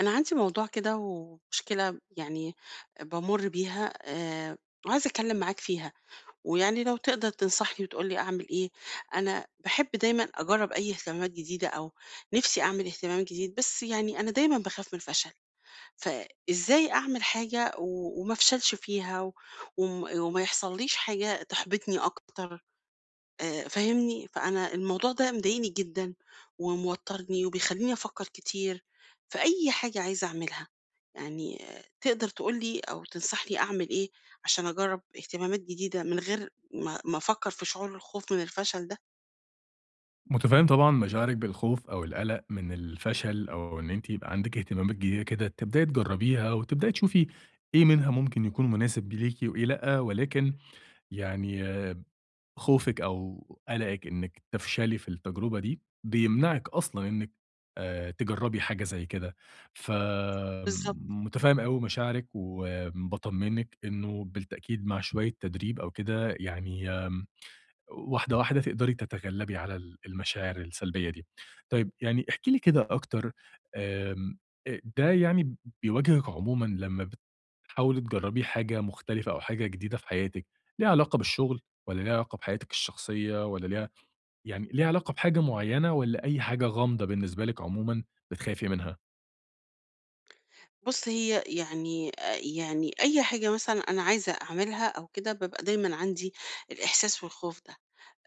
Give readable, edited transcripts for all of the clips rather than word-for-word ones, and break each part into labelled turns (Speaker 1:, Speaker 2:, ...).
Speaker 1: أنا عندي موضوع كده ومشكلة يعني بامُر بيها وعايزة أتكلّم معاك فيها، ويعني لو تقدر تنصحني وتقول لي أعمل إيه، أنا باحب دايمًا أجرّب أي اهتمامات جديدة أو نِفْسي أعمل اهتمام جديد، بس يعني أنا دايمًا باخاف من الفشل، فإزاي أعمل حاجة وما أفشلش فيها و وم وما يحصلّيش حاجة تحبطني أكتر فاهمني؟ فأنا الموضوع ده مضايقني جدًا وموتّرني وبيخلّيني أفكّر كتير في أي حاجة عايزة أعملها. يعني آه، تقدر تقول لي أو تنصحني أعمل إيه عشان أجرّب اهتمامات جديدة من غير ما أفكّر في شعور الخوف من الفشل ده؟
Speaker 2: متفهم طبعًا مشاعرِك بالخوف أو القلق من الفشل، أو إن أنتِ يبقى عندِك اهتمامات جديدة كده تبدئي تجربيها، وتبدئي تشوفي إيه منها ممكن يكون مناسب ليكِ وإيه لأ، ولكن يعني آه، خوفِك أو قلقِك إنِك تفشلي في التجربة دي، بيمنعِك أصلًا إنِك تجربي حاجة زي كده،
Speaker 1: بالضبط.
Speaker 2: فمتفهم أوي مشاعرِك، وباطمنِك إنه بالتأكيد مع شوية تدريب أو كده يعني واحدة، واحدة تقدري تتغلّبي على المشاعر السلبية دي. طيب يعني احكي لي كده أكتر، آمم أ ده يعني بيواجهِك عمومًا لمّا بتحاولي تجرّبي حاجة مختلفة أو حاجة جديدة في حياتِك، ليها علاقة بالشغل والّا ليها علاقة بحياتِك الشخصية والّا ليها علاقة بحاجة معيّنة والّا أي حاجة غامضة بالنسبة لِك عمومًا بتخافي منها؟
Speaker 1: بُص هي يعني يعني أي حاجة مثلًا أنا عايزة أعملها أو كده، بابقى دايمًا عندي الإحساس والخوف ده،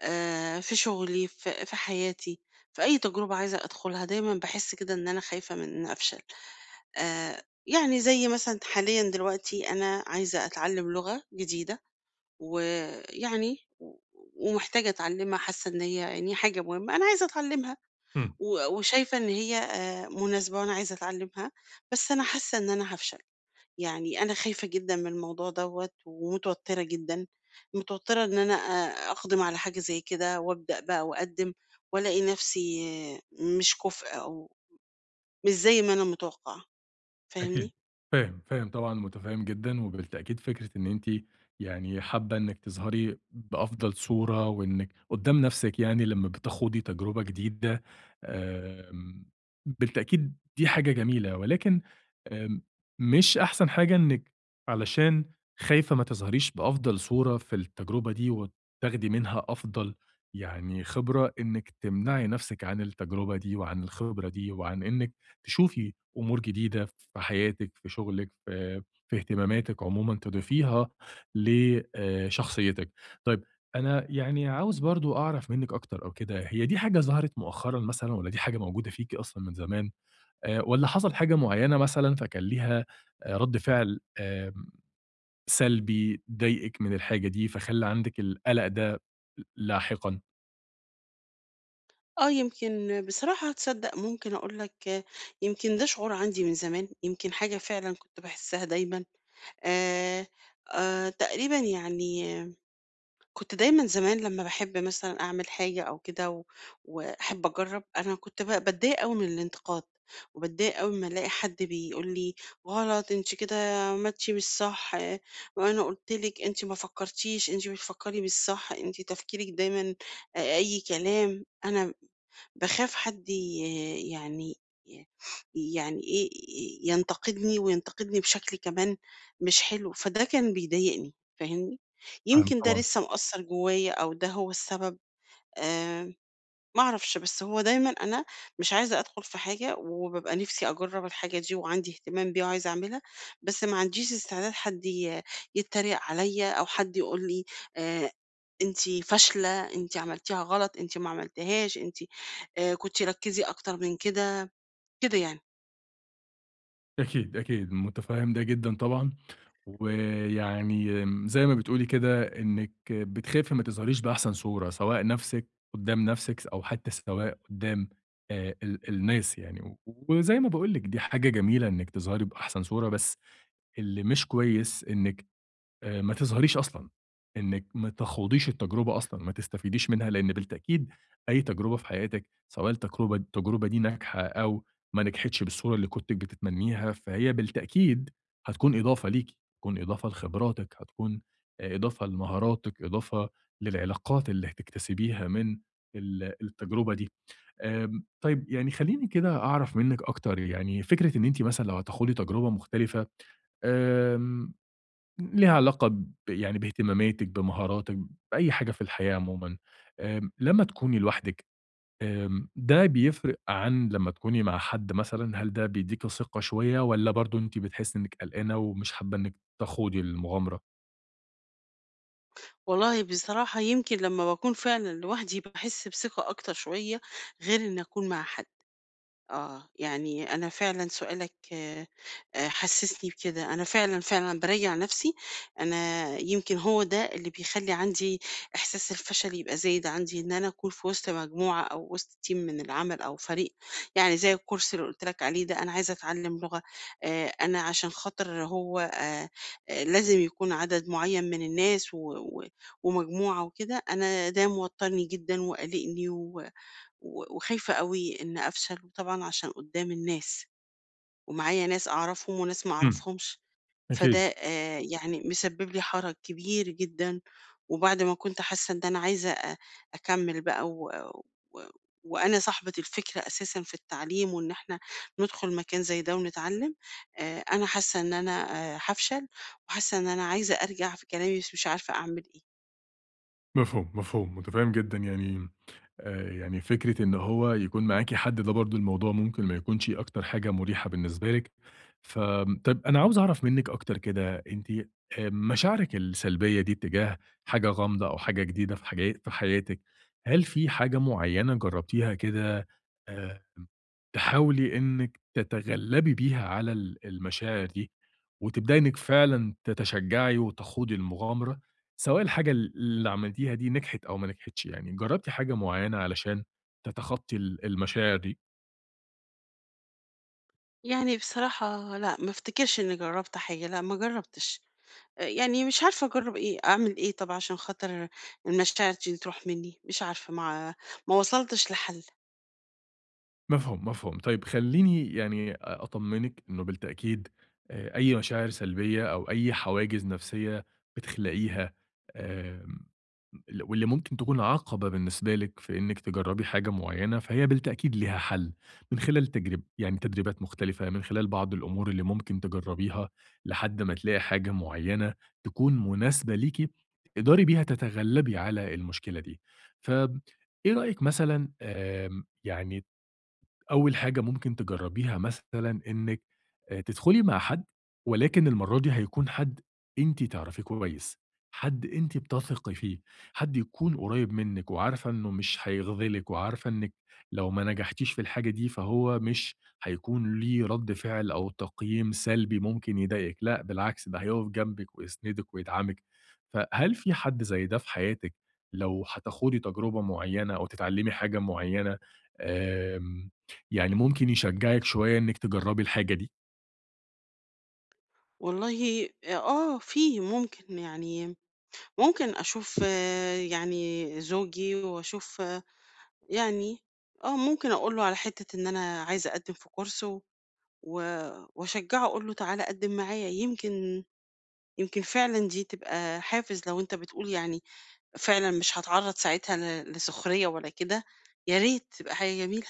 Speaker 1: في شغلي، في حياتي، في أي تجربة عايزة أدخلها، دايمًا باحس كده إن أنا خايفة من إن أفشل. يعني زي مثلًا حاليًا دلوقتي أنا عايزة أتعلم لغة جديدة، ويعني ومحتاجة أتعلمها، حاسة إن هي يعني حاجة مهمة، أنا عايزة أتعلمها.
Speaker 2: إمم.
Speaker 1: وشايفة إن هي مناسبة وأنا عايزة أتعلمها، بس أنا حاسة إن أنا هافشل، يعني أنا خايفة جدًا من الموضوع دوّة ومتوترة جدًا، متوترة إن أنا أقدم على حاجة زي كده وأبدأ بقى وأقدم وألاقي نفسي مش كُفء أو مش زي ما أنا متوقعة،
Speaker 2: أكيد.
Speaker 1: فاهمني؟
Speaker 2: فاهم، فاهم طبعًا، مُتفهِّم جدًا، وبالتأكيد فكرة إن أنتِ يعني حابة إنِّك تظهري بأفضل صورة وإنِّك قُدّام نَفْسِك يعني لمّا بتخوضي تجربة جديدة، آمم بالتأكيد دي حاجة جميلة، ولكن آمم مش أحسن حاجة إنِّك علشان خايفة ما تظهريش بأفضل صورة في التجربة دي وتاخدي منها أفضل يعني خبرة، إنِّك تمنعي نَفْسِك عن التجربة دي وعن الخبرة دي وعن إنِّك تشوفي أمور جديدة في حياتِك، في شغلِك، في اهتماماتِك عمومًا تضيفيها ل شخصيتِك. طيب أنا يعني عاوز برضه أعرف منِّك أكتر أو كده، هي دي حاجة ظهرت مؤخرًا مثلًا والّا دي حاجة موجودة فيكِ أصلًا من زمان، والّا حصل حاجة معيّنة مثلًا فكان ليها رَد فعل سلبي ضايقِك من الحاجة دي، فخلّى عندِك القلق ده لاحقًا؟
Speaker 1: آه يمكن بصراحة تصدق ممكن أقول لك يمكن ده شعور عندي من زمان، يمكن حاجة فعلًا كنت باحسها دايمًا، آآ تقريبًا يعني كنت دايمًا زمان لمّا باحب مثلًا أعمل حاجة أو كده وأحب أجرّب، أنا كنت باتضايق أوي من الانتقاد، وباتضايق أوي أمّا ألاقي حد بيقول لي: "غلط، أنتِ كده عملتِ مش صح، آه، وأنا قُلت لِك، أنتِ ما فكّرتيش، أنتِ بتفكّري مش صح، أنتِ تفكيرِك دايمًا أي كلام." أنا باخاف حد ي يعني ي يعني إيه، ينتقدني وينتقدني بشكل كمان مش حلو، فده كان بيضايقني، فاهمني؟
Speaker 2: فاهمِك
Speaker 1: يمكن ده
Speaker 2: طبعًا.
Speaker 1: لسه مأثّر جوّايا أو ده هو السبب، آآ ما أعرفش، بس هو دايمًا أنا مش عايزة أدخل في حاجة وبابقى نِفْسي أجرّب الحاجة دي وعندي اهتمام بيها وعايزة أعملها، بس ما عنديش استعداد حد يتّريق عليّا أو حد يقول لي آآ أنتِ فاشلة، أنتِ عملتيها غلط، أنتِ ما عملتيهاش، أنتِ كنتِ ركّزي أكتر من كده، كده يعني.
Speaker 2: أكيد، أكيد، متفهّم ده جدًا طبعًا، ويعني زي ما بتقولي كده إنِّك بتخافي ما تظهريش بأحسن صورة، سواء نَفْسِك قُدّام نَفْسِك أو حتى سواء قُدّام ال الناس يعني، وزي ما باقول لِك دي حاجة جميلة إنِّك تظهري بأحسن صورة، بس اللي مش كويس إنِّك ما تظهريش أصلًا، إنِّك ما تخوضيش التجربة أصلًا، ما تستفيديش منها، لإن بالتأكيد أي تجربة في حياتِك سواء التجربة دي ناجحة أو ما نجحتش بالصورة اللي كنتِ بتتمنيها، فهي بالتأكيد هتكون إضافة ليكِ، هتكون إضافة لخبراتِك، هتكون إضافة لمهاراتِك، إضافة للعلاقات اللي هتكتسبيها من التجربة دي. طيب يعني خلّيني كده أعرف منِّك أكتر، يعني فكرة إن أنتِ مثلًا لو هتخوضي تجربة مختلفة، آمم ليها علاقة ب يعني باهتماماتِك، بمهاراتِك، بأي حاجة في الحياة عمومًا. لمّا تكوني لوحدِك، ده بيفرق عن لمّا تكوني مع حد مثلًا؟ هل ده بيديكِ ثقة شوية والّا برضه أنتِ بتحسّي إنِّك قلقانة ومش حابة إنِّك تخوضي المغامرة؟
Speaker 1: والله بصراحة يمكن لمّا باكون فعلًا لوحدي باحس بثقة أكتر شوية غير إني أكون مع حد. آه، يعني أنا فعلًا سؤالك حسّسني بكده، أنا فعلًا، فعلًا باراجع نَفْسي، أنا يمكن هو ده اللي بيخلّي عندي إحساس الفشل يبقى زايد عندي، إن أنا أكون في وسط مجموعة أو وسط team من العمل أو فريق، يعني زي الcourse اللي قُلت لك عليه ده، أنا عايزة أتعلّم لغة، أنا عشان خاطر هو لازم يكون عدد معيّن من الناس و و ومجموعة وكده، أنا ده موتّرني جدًا وقالقني و و وخايفة أوي إن أفشل، وطبعًا عشان قدّام الناس، ومعايا ناس أعرفهم وناس ما
Speaker 2: إمم،
Speaker 1: أعرفهمش، فده
Speaker 2: أكيد،
Speaker 1: يعني مسبب لي حَرَج كبير جدًا، وبعد ما كنت حاسة إن أنا عايزة أكمّل بقى و و وأنا صاحبة الفكرة أساسًا في التعليم وإن إحنا ندخل مكان زي ده ونتعلّم، أنا حاسة إن أنا هافشل، وحاسة إن أنا عايزة أرجع في كلامي بس مش عارفة أعمل إيه.
Speaker 2: مفهوم، مفهوم، متفهّم جدًا يعني يعني فكرة إن هو يكون معاكِ حد ده برضه الموضوع ممكن ما يكونش أكتر حاجة مريحة بالنسبة لِك، طَب أنا عاوز أعرف منِّك أكتر كده، أنتِ مشاعرِك السلبية دي تجاه حاجة غامضة أو حاجة جديدة في حياتِك، هل في حاجة معيّنة جرّبتيها كده آآ، تحاولي إنِّك تتغلّبي بيها على المشاعر دي، وتبدئي إنِّك فعلًا تتشجّعي وتخوضي المغامرة؟ سواء الحاجة اللي عملتيها دي نجحت أو ما نجحتش، يعني جرّبتِ حاجة معيّنة علشان تتخطّي المشاعر دي؟
Speaker 1: يعني بصراحة لأ، ما أفتكرش إنّي جرّبت حاجة، لأ ما جرّبتش. يعني مش عارفة أجرّب إيه، أعمل إيه طب عشان خاطر المشاعر دي تروح منّي؟ مش عارفة ما وصلتش لحل.
Speaker 2: مفهوم، مفهوم. طيب خلّيني يعني أطمّنِك إنه بالتأكيد أي مشاعر سلبية أو أي حواجز نفسية بتخلقيها آمم، ال واللي ممكن تكون عقبة بالنسبة لِك في إنِّك تجرّبي حاجة معيّنة، فهي بالتأكيد ليها حَل من خلال تجرب يعني تدريبات مختلفة، من خلال بعض الأمور اللي ممكن تجرّبيها لحد ما تلاقي حاجة معيّنة تكون مناسبة ليكِ، تقدري بيها تتغلّبي على المشكلة دي. فآمم، إيه رأيِك مثلًا يعني أول حاجة ممكن تجرّبيها مثلًا إنِّك تدخُلي مع حد، ولكن المرّة دي هيكون حد أنتِ تعرفيه كويس، حد أنتِ بتثقي فيه، حد يكون قريّب منِّك وعارفة إنه مش هيخذلِك وعارفة إنِّك لو ما نجحتيش في الحاجة دي، فهو مش هيكون ليه رَد فعل أو تقييم سلبي ممكن يضايقِك، لأ بالعكس ده هيقف جنبِك ويسندِك ويدعمِك. فهل في حد زي ده في حياتِك لو هتاخُدي تجربة معيّنة أو تتعلّمي حاجة معيّنة آمم يعني ممكن يشجّعِك شوية إنِّك تجرّبي الحاجة دي.
Speaker 1: والله آه، في ممكن أشوف يعني زوجي وأشوف يعني ممكن أقول له على حتّة إن أنا عايزة أقدّم في كورس وأشجّعه أقول له تعالَ قدّم معايا يمكن فعلًا دي تبقى حافز لو أنت بتقول يعني فعلًا مش هاتعرّض ساعتها لسخرية ولا كده، يا ريت تبقى حاجة جميلة.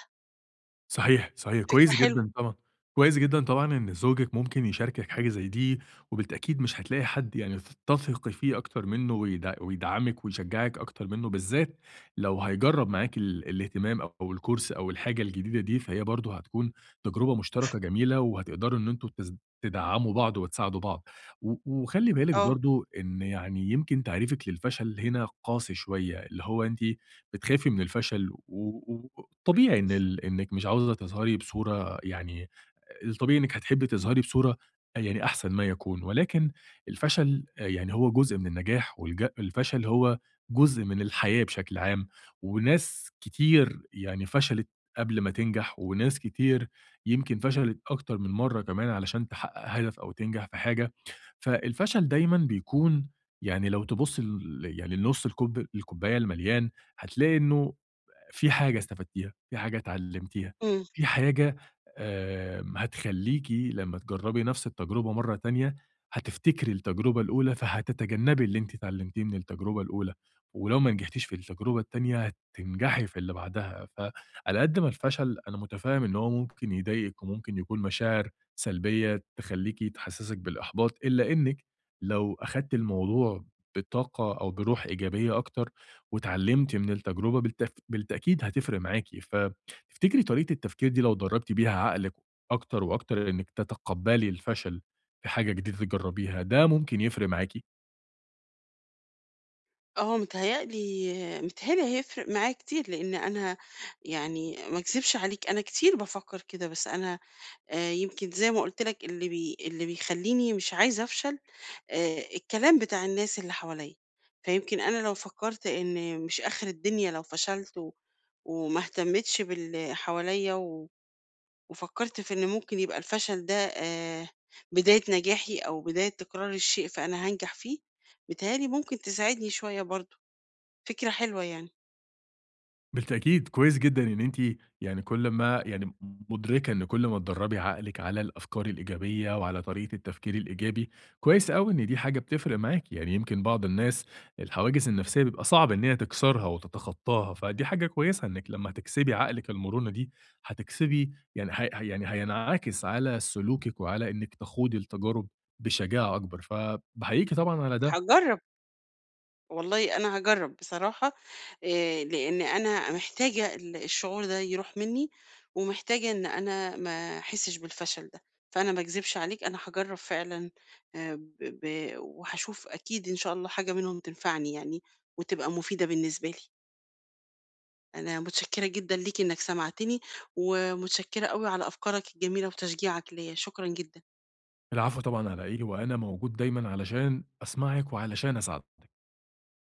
Speaker 2: صحيح، صحيح،
Speaker 1: فكرة
Speaker 2: كويس
Speaker 1: حلوة،
Speaker 2: جدًا طبعًا، كويس جدًا طبعًا إن زوجِك ممكن يشاركِك حاجة زي دي، وبالتأكيد مش هتلاقي حد يعني تثقي فيه أكتر منّه ويدعّمِك ويشجّعِك أكتر منّه، بالذات لو هيجرّب معاكِ الاهتمام أو الكورس أو الحاجة الجديدة دي، فهي برضه هتكون تجربة مشتركة جميلة وهتقدروا إن أنتم تدعّموا بعض وتساعدوا بعض. وخلّي بالِك
Speaker 1: آه،
Speaker 2: برضه إن يعني يمكن تعريفِك للفشل هنا قاسي شوية، اللي هو أنتِ بتخافي من الفشل و و وطبيعي إن إنِّك مش عاوزة تظهري بصورة يعني الطبيعي إنِّك هتحبّي تظهري بصورة يعني أحسن ما يكون، ولكن الفشل يعني هو جزء من النجاح الفشل هو جزء من الحياة بشكل عام، وناس كتير يعني فشلت قبل ما تنجح، وناس كتير يمكن فشلت أكتر من مرّة كمان علشان تحقق هدف أو تنجح في حاجة، فالفشل دايمًا بيكون يعني لو تبُصّي ل يعني لنُص الكوباية المليان هتلاقي إنه في حاجة استفدتيها، في حاجة اتعلمتيها،
Speaker 1: إمم،
Speaker 2: في حاجة هتخلّيكِ لمّا تجربي نفس التجربة مرة تانية، هتفتكري التجربة الأولى، فهتتجنبي اللي أنتِ اتعلمتيه من التجربة الأولى، ولو ما نجحتيش في التجربة التانية هتنجحي في اللي بعدها، فعلى قد ما الفشل أنا متفهم إن هو ممكن يضايقِك وممكن يكون مشاعر سلبية تخلّيكِ تحسسِك بالإحباط، إلا إنِّك لو أخدتِ الموضوع بطاقة أو بروح إيجابية أكتر واتعلمتِ من التجربة بالتأكيد هتفرق معاكِ، فتفتكري طريقة التفكير دي لو درّبتِ بيها عقلِك أكتر وأكتر إنِّك تتقبّلي الفشل في حاجة جديدة تجرّبيها، ده ممكن يفرق معاكِ؟
Speaker 1: آه، متهيأ لي هيفرق معايا كتير، لإن أنا يعني ما أكذبش عليك أنا كتير بافكّر كده، بس أنا يمكن زي ما قُلت لك اللي بيخلّيني مش عايزة أفشل الكلام بتاع الناس اللي حواليّا، فيمكن أنا لو فكّرت إن مش آخر الدنيا لو فشلت وما اهتمتش باللي حواليّا وفكرت في إن ممكن يبقى الفشل ده بداية نجاحي أو بداية تكرار الشيء فأنا هانجح فيه، بيتهيأ لي ممكن تساعدني شوية برضه، فكرة حلوة يعني،
Speaker 2: بالتأكيد، كويس جدًا إن أنتِ يعني كل ما يعني مُدركة إن كل ما تدرّبي عقلِك على الأفكار الإيجابية وعلى طريقة التفكير الإيجابي، كويس أوي إن دي حاجة بتفرق معاكِ، يعني يمكن بعض الناس الحواجز النفسية بيبقى صعب إن هي تكسرها وتتخطاها، فدي حاجة كويسة إنِّك لمّا هتكسبي عقلِك المرونة دي، هتكسبي يعني هي يعني هينعكس على سلوكِك وعلى إنِّك تخوضي التجارب بشجاعة أكبر، فباحييكِ طبعًا على ده.
Speaker 1: هاجرّب، والله أنا هاجرّب بصراحة لإن أنا محتاجة الشعور ده يروح منّي، ومحتاجة إن أنا ما أحسّش بالفشل ده، فأنا ما اكذبش عليك أنا هاجرّب فعلًا ب ب وهاشوف أكيد إن شاء الله حاجة منهم تنفعني يعني وتبقى مفيدة بالنسبة لي. أنا متشكرة جدًا ليك إنك سمعتني، ومتشكرة أوي على أفكارك الجميلة وتشجيعك ليّا، شكرًا جدًا.
Speaker 2: العفو طبعًا على إيه، وأنا موجود دايمًا علشان أسمعِك وعلشان أساعدِك.